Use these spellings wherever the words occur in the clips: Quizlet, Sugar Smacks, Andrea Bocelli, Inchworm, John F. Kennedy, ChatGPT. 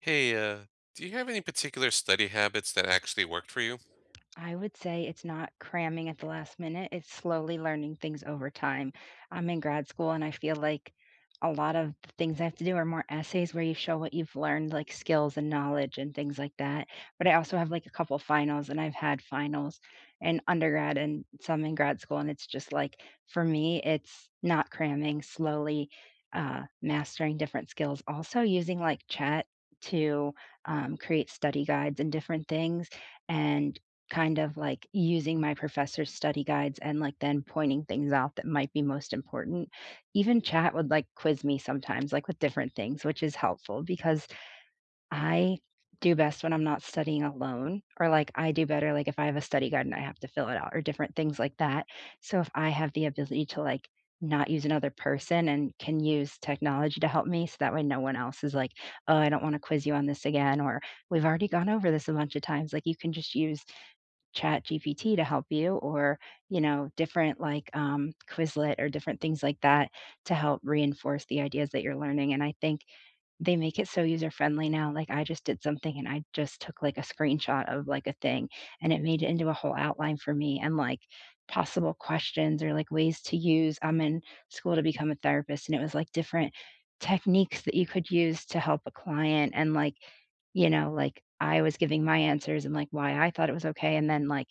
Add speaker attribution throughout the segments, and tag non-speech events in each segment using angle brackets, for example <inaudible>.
Speaker 1: Hey, do you have any particular study habits that actually worked for you?
Speaker 2: I would say it's not cramming at the last minute, it's slowly learning things over time. I'm in grad school and I feel like a lot of the things I have to do are more essays where you show what you've learned, like skills and knowledge and things like that. But I also have like a couple finals and I've had finals in undergrad and some in grad school. And it's just like, for me, it's not cramming, slowly mastering different skills. Also using like chat to create study guides and different things and kind of like using my professor's study guides and, like, then pointing things out that might be most important. Even chat would, like, quiz me sometimes, like, with different things, which is helpful because I do best when I'm not studying alone or, like, I do better, like, if I have a study guide and I have to fill it out or different things like that. So if I have the ability to, like, not use another person and can use technology to help me so that way no one else is like, "Oh, I don't wanna quiz you on this again," or, "We've already gone over this a bunch of times." Like, you can just use ChatGPT to help you or, different, like, Quizlet or different things like that to help reinforce the ideas that you're learning, and I think they make it so user-friendly now, like, I just did something and I just took, like, a screenshot of, like, a thing, and it made it into a whole outline for me and, like, possible questions or, like, ways to use I'm in school to become a therapist, and it was, like, different techniques that you could use to help a client and, like, like, I was giving my answers and, like, why I thought it was okay, and then, like,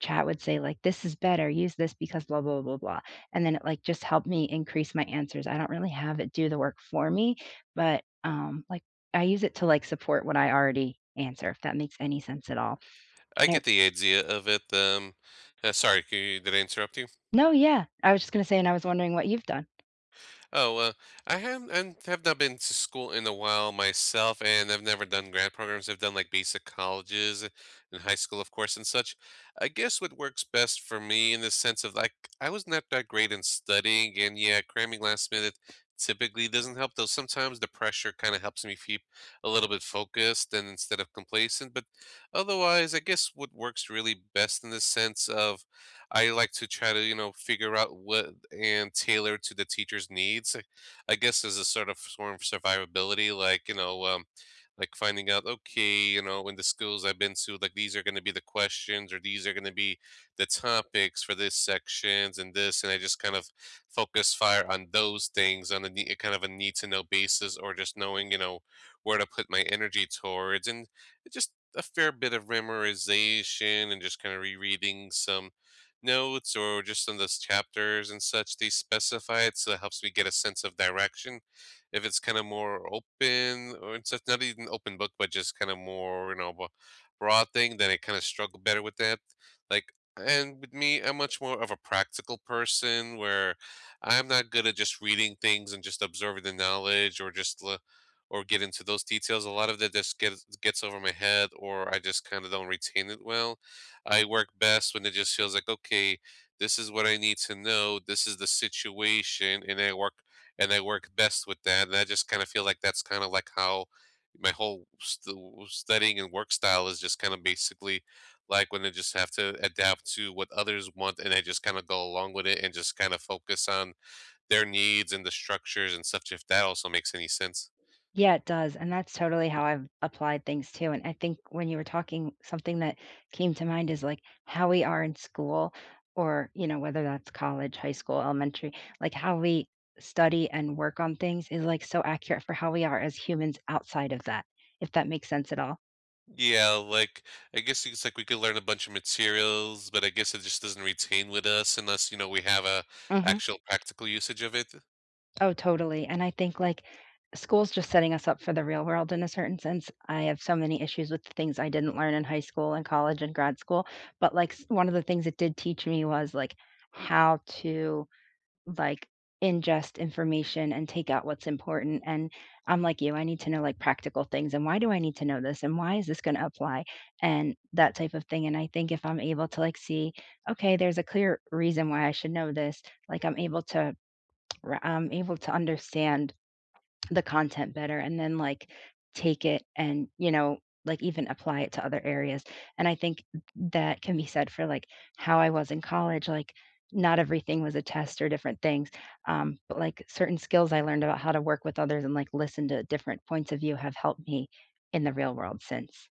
Speaker 2: chat would say, like, "This is better, use this because blah, blah, blah, blah," and then it, like, just helped me increase my answers. I don't really have it do the work for me, but, like, I use it to, like, support what I already answer, if that makes any sense at all.
Speaker 1: I
Speaker 2: Er
Speaker 1: get the idea of it. Sorry, can you, did I interrupt you?
Speaker 2: No, yeah. I was just gonna say, and I was wondering what you've done.
Speaker 1: Oh, well, I have not been to school in a while myself, and I've never done grad programs. I've done like basic colleges and high school, of course, and such. I guess what works best for me in the sense of like I was not that great in studying, and yeah, cramming last minute typically doesn't help. Though sometimes the pressure kind of helps me keep a little bit focused and instead of complacent. But otherwise, I guess what works really best in the sense of I like to try to, you know, figure out what and tailor to the teacher's needs. I guess there's a sort of form of survivability, like, you know, like finding out, okay, you know, in the schools I've been to, like these are going to be the questions or these are going to be the topics for this sections and this. And I just kind of focus fire on those things on a kind of a need to know basis or just knowing, you know, where to put my energy towards. And just a fair bit of memorization and just kind of rereading some notes or just in those chapters and such, they specify it, so it helps me get a sense of direction. If it's kind of more open or it's just not even open book, but just kind of more, you know, broad thing, then I kind of struggle better with that. Like, and with me, I'm much more of a practical person where I'm not good at just reading things and just absorbing the knowledge or just or get into those details. A lot of that just gets over my head, or I just kind of don't retain it well. I work best when it just feels like, okay, this is what I need to know. This is the situation, and I work best with that. And I just kind of feel like that's kind of like how my whole studying and work style is just kind of basically like when I just have to adapt to what others want, and I just kind of go along with it and just kind of focus on their needs and the structures and such. If that also makes any sense.
Speaker 2: Yeah, it does, and that's totally how I've applied things too, and I think when you were talking, something that came to mind is, like, how we are in school or, you know, whether that's college, high school, elementary, like, how we study and work on things is, like, so accurate for how we are as humans outside of that, if that makes sense at all.
Speaker 1: Yeah, like I guess it's like we could learn a bunch of materials, but I guess it just doesn't retain with us unless, you know, we have a
Speaker 2: Mhm.
Speaker 1: actual practical usage of it.
Speaker 2: Oh, totally, and I think, like, school's just setting us up for the real world in a certain sense. I have so many issues with things I didn't learn in high school and college and grad school, but, like, s one of the things it did teach me was, like, how to, like, ingest information and take out what's important, and I'm like you, I need to know, like, practical things, and why do I need to know this, and why is this gonna apply, and that type of thing, and I think if I'm able to, like, see, "Okay, there's a clear reason why I should know this," like, I'm able to I'm able to understand the content better and then like take it and, you know, like even apply it to other areas. And I think that can be said for like how I was in college. Like, not everything was a test or different things. But like certain skills I learned about how to work with others and like listen to different points of view have helped me in the real world since.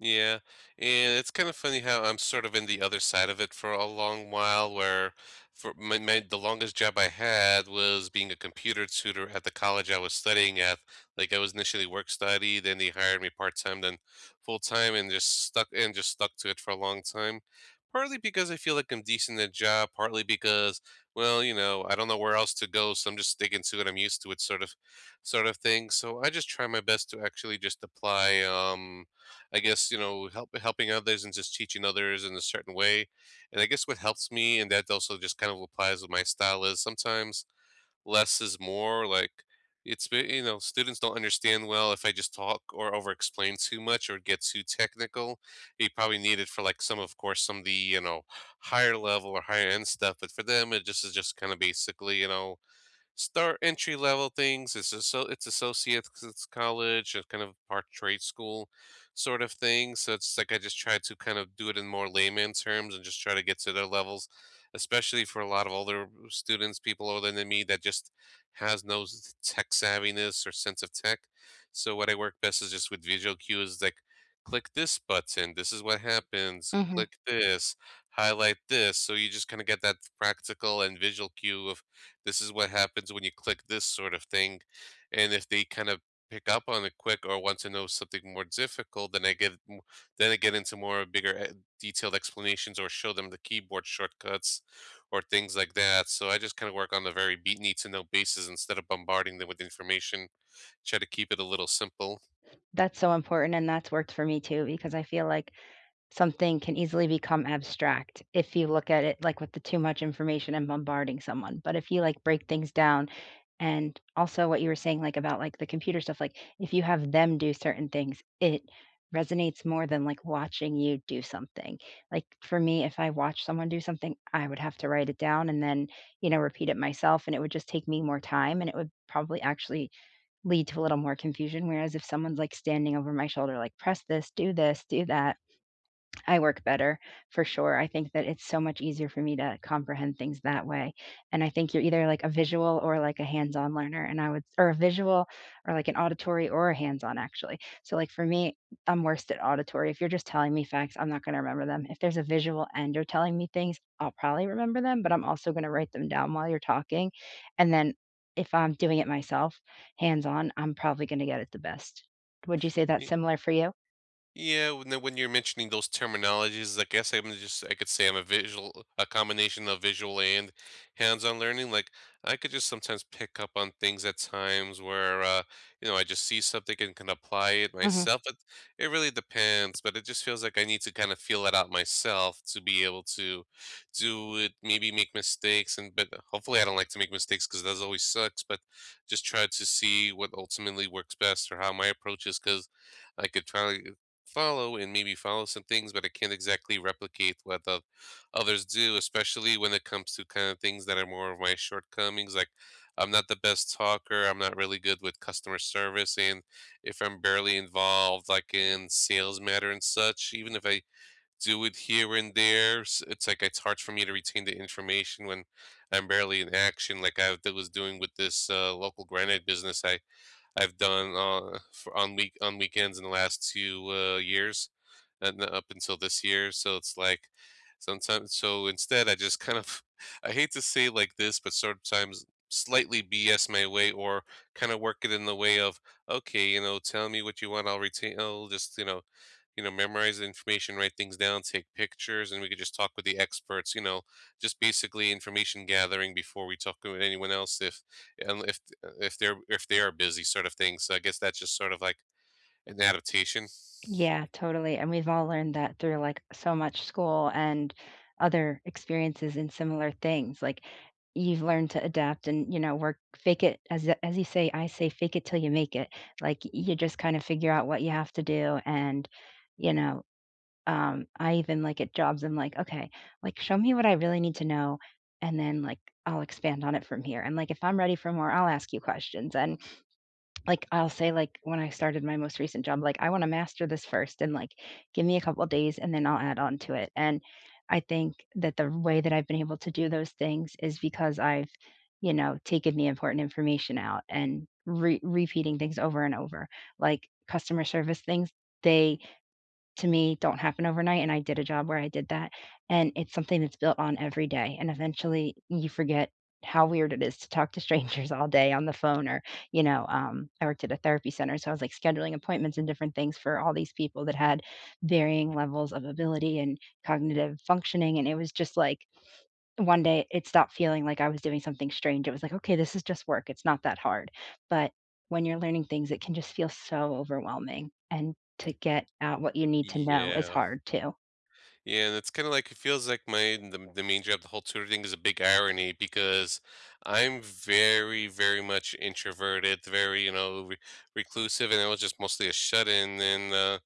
Speaker 1: Yeah, and it's kind of funny how I'm sort of in the other side of it for a long while, where for my, my the longest job I had was being a computer tutor at the college I was studying at. Like I was initially work study, then they hired me part time, then full time, and just stuck to it for a long time. Partly because I feel like I'm decent at job, partly because, well, you know, I don't know where else to go, so I'm just sticking to it. I'm used to it, sort of thing. So I just try my best to actually just apply. I guess, you know, helping others and just teaching others in a certain way. And I guess what helps me and that also just kind of applies with my style is sometimes less is more like it's been, you know, students don't understand well if I just talk or over explain too much or get too technical. You probably need it for like some, of course, some of the, you know, higher level or higher end stuff. But for them, it just is just kind of basically, you know, start entry level things. It's just so it's associates 'cause it's college, it's kind of part trade school sort of thing. So it's like I just try to kind of do it in more layman terms and just try to get to their levels, especially for a lot of older students, people older than me that just has no tech savviness or sense of tech. So what I work best is just with visual cues like click this button, this is what happens,
Speaker 2: Hmm.
Speaker 1: click this, highlight this. So you just kind of get that practical and visual cue of this is what happens when you click this sort of thing. And if they kind of pick up on it quick or want to know something more difficult, then I get into more bigger detailed explanations or show them the keyboard shortcuts or things like that. So I just kind of work on the very beat need to know basis instead of bombarding them with information. Try to keep it a little simple.
Speaker 2: That's so important. And that's worked for me too, because I feel like something can easily become abstract if you look at it like with the too much information and bombarding someone. But if you like break things down and also what you were saying like about like the computer stuff, like if you have them do certain things, it resonates more than like watching you do something. Like for me, if I watch someone do something, I would have to write it down and then, you know, repeat it myself and it would just take me more time and it would probably actually lead to a little more confusion. Whereas if someone's like standing over my shoulder, like press this, do that, I work better for sure. I think that it's so much easier for me to comprehend things that way. And I think you're either like a visual or like a hands-on learner. And I would or a visual or like an auditory or a hands-on actually. So like for me, I'm worst at auditory. If you're just telling me facts, I'm not going to remember them. If there's a visual and you're telling me things, I'll probably remember them, but I'm also going to write them down while you're talking. And then if I'm doing it myself, hands-on, I'm probably going to get it the best. Would you say that's similar for you?
Speaker 1: Yeah, when you're mentioning those terminologies, I guess I could say I'm a visual, a combination of visual and hands-on learning. Like I could just sometimes pick up on things at times where you know I just see something and can apply it
Speaker 2: Mhm.
Speaker 1: myself. It really depends, but it just feels like I need to kind of feel it out myself to be able to do it. Maybe make mistakes, and but hopefully I don't like to make mistakes because that always sucks. But just try to see what ultimately works best or how my approach is because. I could try follow and maybe follow some things, but I can't exactly replicate what the others do, especially when it comes to kind of things that are more of my shortcomings. Like, I'm not the best talker. I'm not really good with customer service, and if I'm barely involved, like in sales matter and such, even if I do it here and there, it's like it's hard for me to retain the information when I'm barely in action. Like I was doing with this local granite business I've done for on weekends in the last two years and up until this year. So it's like sometimes, so instead, I just kind of, <laughs> I hate to say like this, but sometimes slightly BS my way or kind of work it in the way of, okay, you know, tell me what you want. I'll just, memorize the information, write things down, take pictures, and we could just talk with the experts. You know, just basically information gathering before we talk with anyone else, if and if if they're if they are busy, sort of thing. So I guess that's just sort of like an adaptation.
Speaker 2: Yeah, totally, and we've all learned that through, like, so much school and other experiences in similar things, like, you've learned to adapt and, you know, work fake it as y as you say, I say, "Fake it till you make it," like, you just kinda figure out what you have to do and, you know, I even, like, at jobs, I'm like, "Okay, like, show me what I really need to know, and then, like, I'll expand on it from here," and, like, if I'm ready for more, I'll ask you questions, and like I'll say like when I started my most recent job, like I want to master this first and like give me a couple of days and then I'll add on to it. And I think that the way that I've been able to do those things is because I've, you know, taken the important information out and repeating things over and over. Like customer service things, they to me don't happen overnight, and I did a job where I did that, and it's something that's built on every day, and eventually you forget how weird it is to talk to <laughs> strangers all day on the phone or, I worked at a therapy center, so I was, like, scheduling appointments and different things for all these people that had varying levels of ability and cognitive functioning, and it was just, like, one day, it stopped feeling like I was doing something strange. It was like, "Okay, this is just work. It's not that hard." But when you're learning things, it can just feel so overwhelming, and to get out what you need to know is
Speaker 1: Yeah.
Speaker 2: hard too.
Speaker 1: Yeah, and it's kind of like it feels like the main job, the whole tutor thing is a big irony because I'm very, very much introverted, very, you know, reclusive, and I was just mostly a shut-in and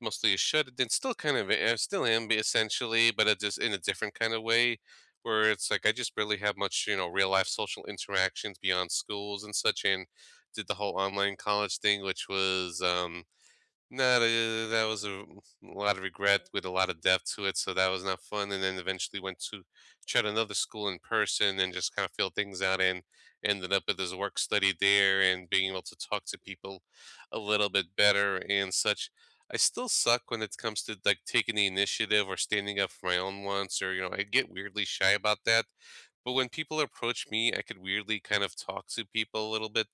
Speaker 1: mostly a shut-in, still kind of, I still am but essentially, but it just in a different kind of way where it's like I just barely have much, you know, real life social interactions beyond schools and such, and did the whole online college thing, which was, no, that was a lot of regret with a lot of depth to it, so that was not fun, and then eventually went to tried another school in person and just kinda filled things out and ended up with this work study there and being able to talk to people a little bit better and such. I still suck when it comes to, like, taking the initiative or standing up for my own wants or, you know, I get weirdly shy about that. But when people approach me, I could weirdly kind of talk to people a little bit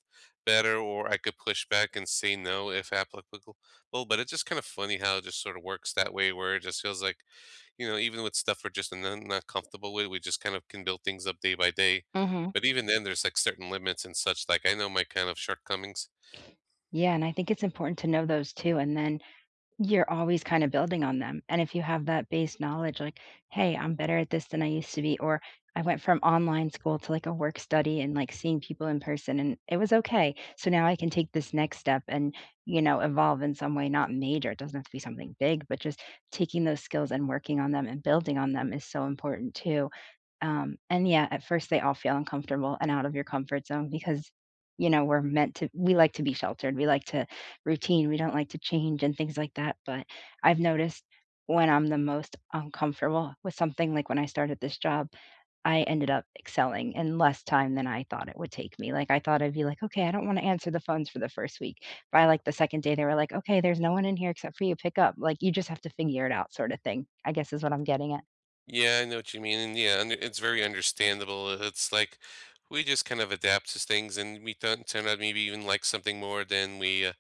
Speaker 1: better, or I could push back and say no if applicable. But it's just kind of funny how it just sort of works that way, where it just feels like, you know, even with stuff we're just not comfortable with, we just kind of can build things up day by day.
Speaker 2: Mhm.
Speaker 1: But even then, there's like certain limits and such. Like I know my kind of shortcomings.
Speaker 2: Yeah, and I think it's important to know those too, and then you're always kind of building on them, and if you have that base knowledge, like, "Hey, I'm better at this than I used to be," or, "I went from online school to, like, a work study and, like, seeing people in person, and it was okay. So now I can take this next step and, you know, evolve in some way, not major." It doesn't have to be something big, but just taking those skills and working on them and building on them is so important too. And yeah, at first, they all feel uncomfortable and out of your comfort zone because, you know, we're meant to we like to be sheltered. We like to routine. We don't like to change and things like that. But I've noticed when I'm the most uncomfortable with something, like when I started this job, I ended up excelling in less time than I thought it would take me. Like I thought I'd be like, okay, I don't want to answer the phones for the first week. By like the second day, they were like, okay, there's no one in here except for you. Pick up. Like you just have to figure it out, sort of thing. I guess is what I'm getting at.
Speaker 1: Yeah, I know what you mean. And yeah, it's very understandable. It's like we just kind of adapt to things and we don't turn out maybe even like something more than we.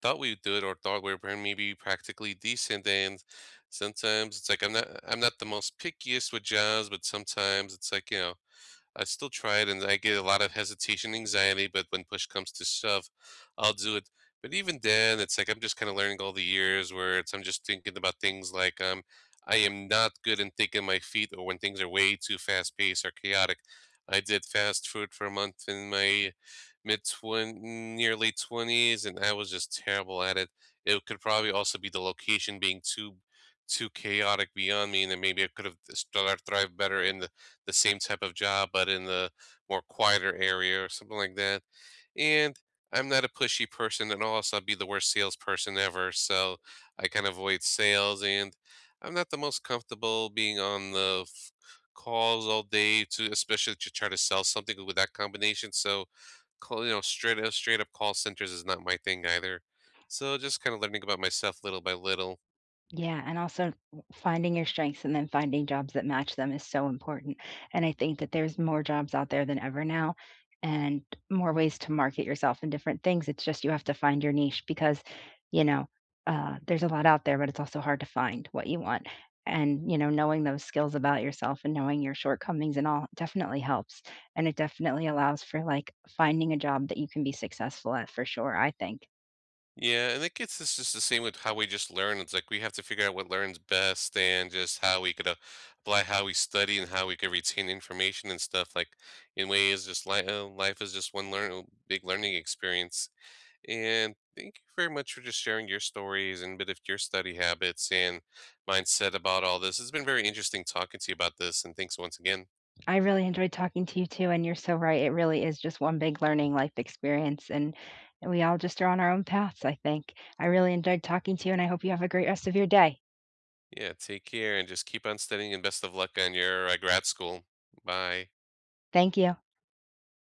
Speaker 1: Thought we did or thought we were maybe practically decent. And sometimes it's like I'm not the most pickiest with jobs, but sometimes it's like you know I still try it and I get a lot of hesitation, anxiety, but when push comes to shove, I'll do it. But even then, it's like I'm just kind of learning all the years where it's I'm just thinking about things like I am not good in thinking my feet or when things are way too fast paced or chaotic. I did fast food for a month in my mid nearly twenties, and I was just terrible at it. It could probably also be the location being too chaotic beyond me, and then maybe I could have started thrive better in the same type of job, but in the more quieter area or something like that. And I'm not a pushy person and also I'd be the worst salesperson ever. So I kind of avoid sales, and I'm not the most comfortable being on the calls all day to, especially to try to sell something with that combination. So, call, you know, straight up call centers is not my thing either. So just kind of learning about myself little by little.
Speaker 2: Yeah, and also finding your strengths and then finding jobs that match them is so important, and I think that there's more jobs out there than ever now and more ways to market yourself in different things, it's just you have to find your niche because, you know, there's a lot out there, but it's also hard to find what you want, and, you know, knowing those skills about yourself and knowing your shortcomings and all definitely helps, and it definitely allows for, like, finding a job that you can be successful at for sure, I think.
Speaker 1: Yeah, and it's just the same with how we just learn. It's like we have to figure out what learns best and just how we could apply how we study and how we could retain information and stuff. Like in ways, just life is just one learn big learning experience. And thank you very much for just sharing your stories and a bit of your study habits and mindset about all this. It's been very interesting talking to you about this. And thanks once again.
Speaker 2: I really enjoyed talking to you too, and you're so right. It really is just one big learning life experience, and we all just are on our own paths, I think. I really enjoyed talking to you, and I hope you have a great rest of your day.
Speaker 1: Yeah, take care and just keep on studying and best of luck on your grad school. Bye.
Speaker 2: Thank you.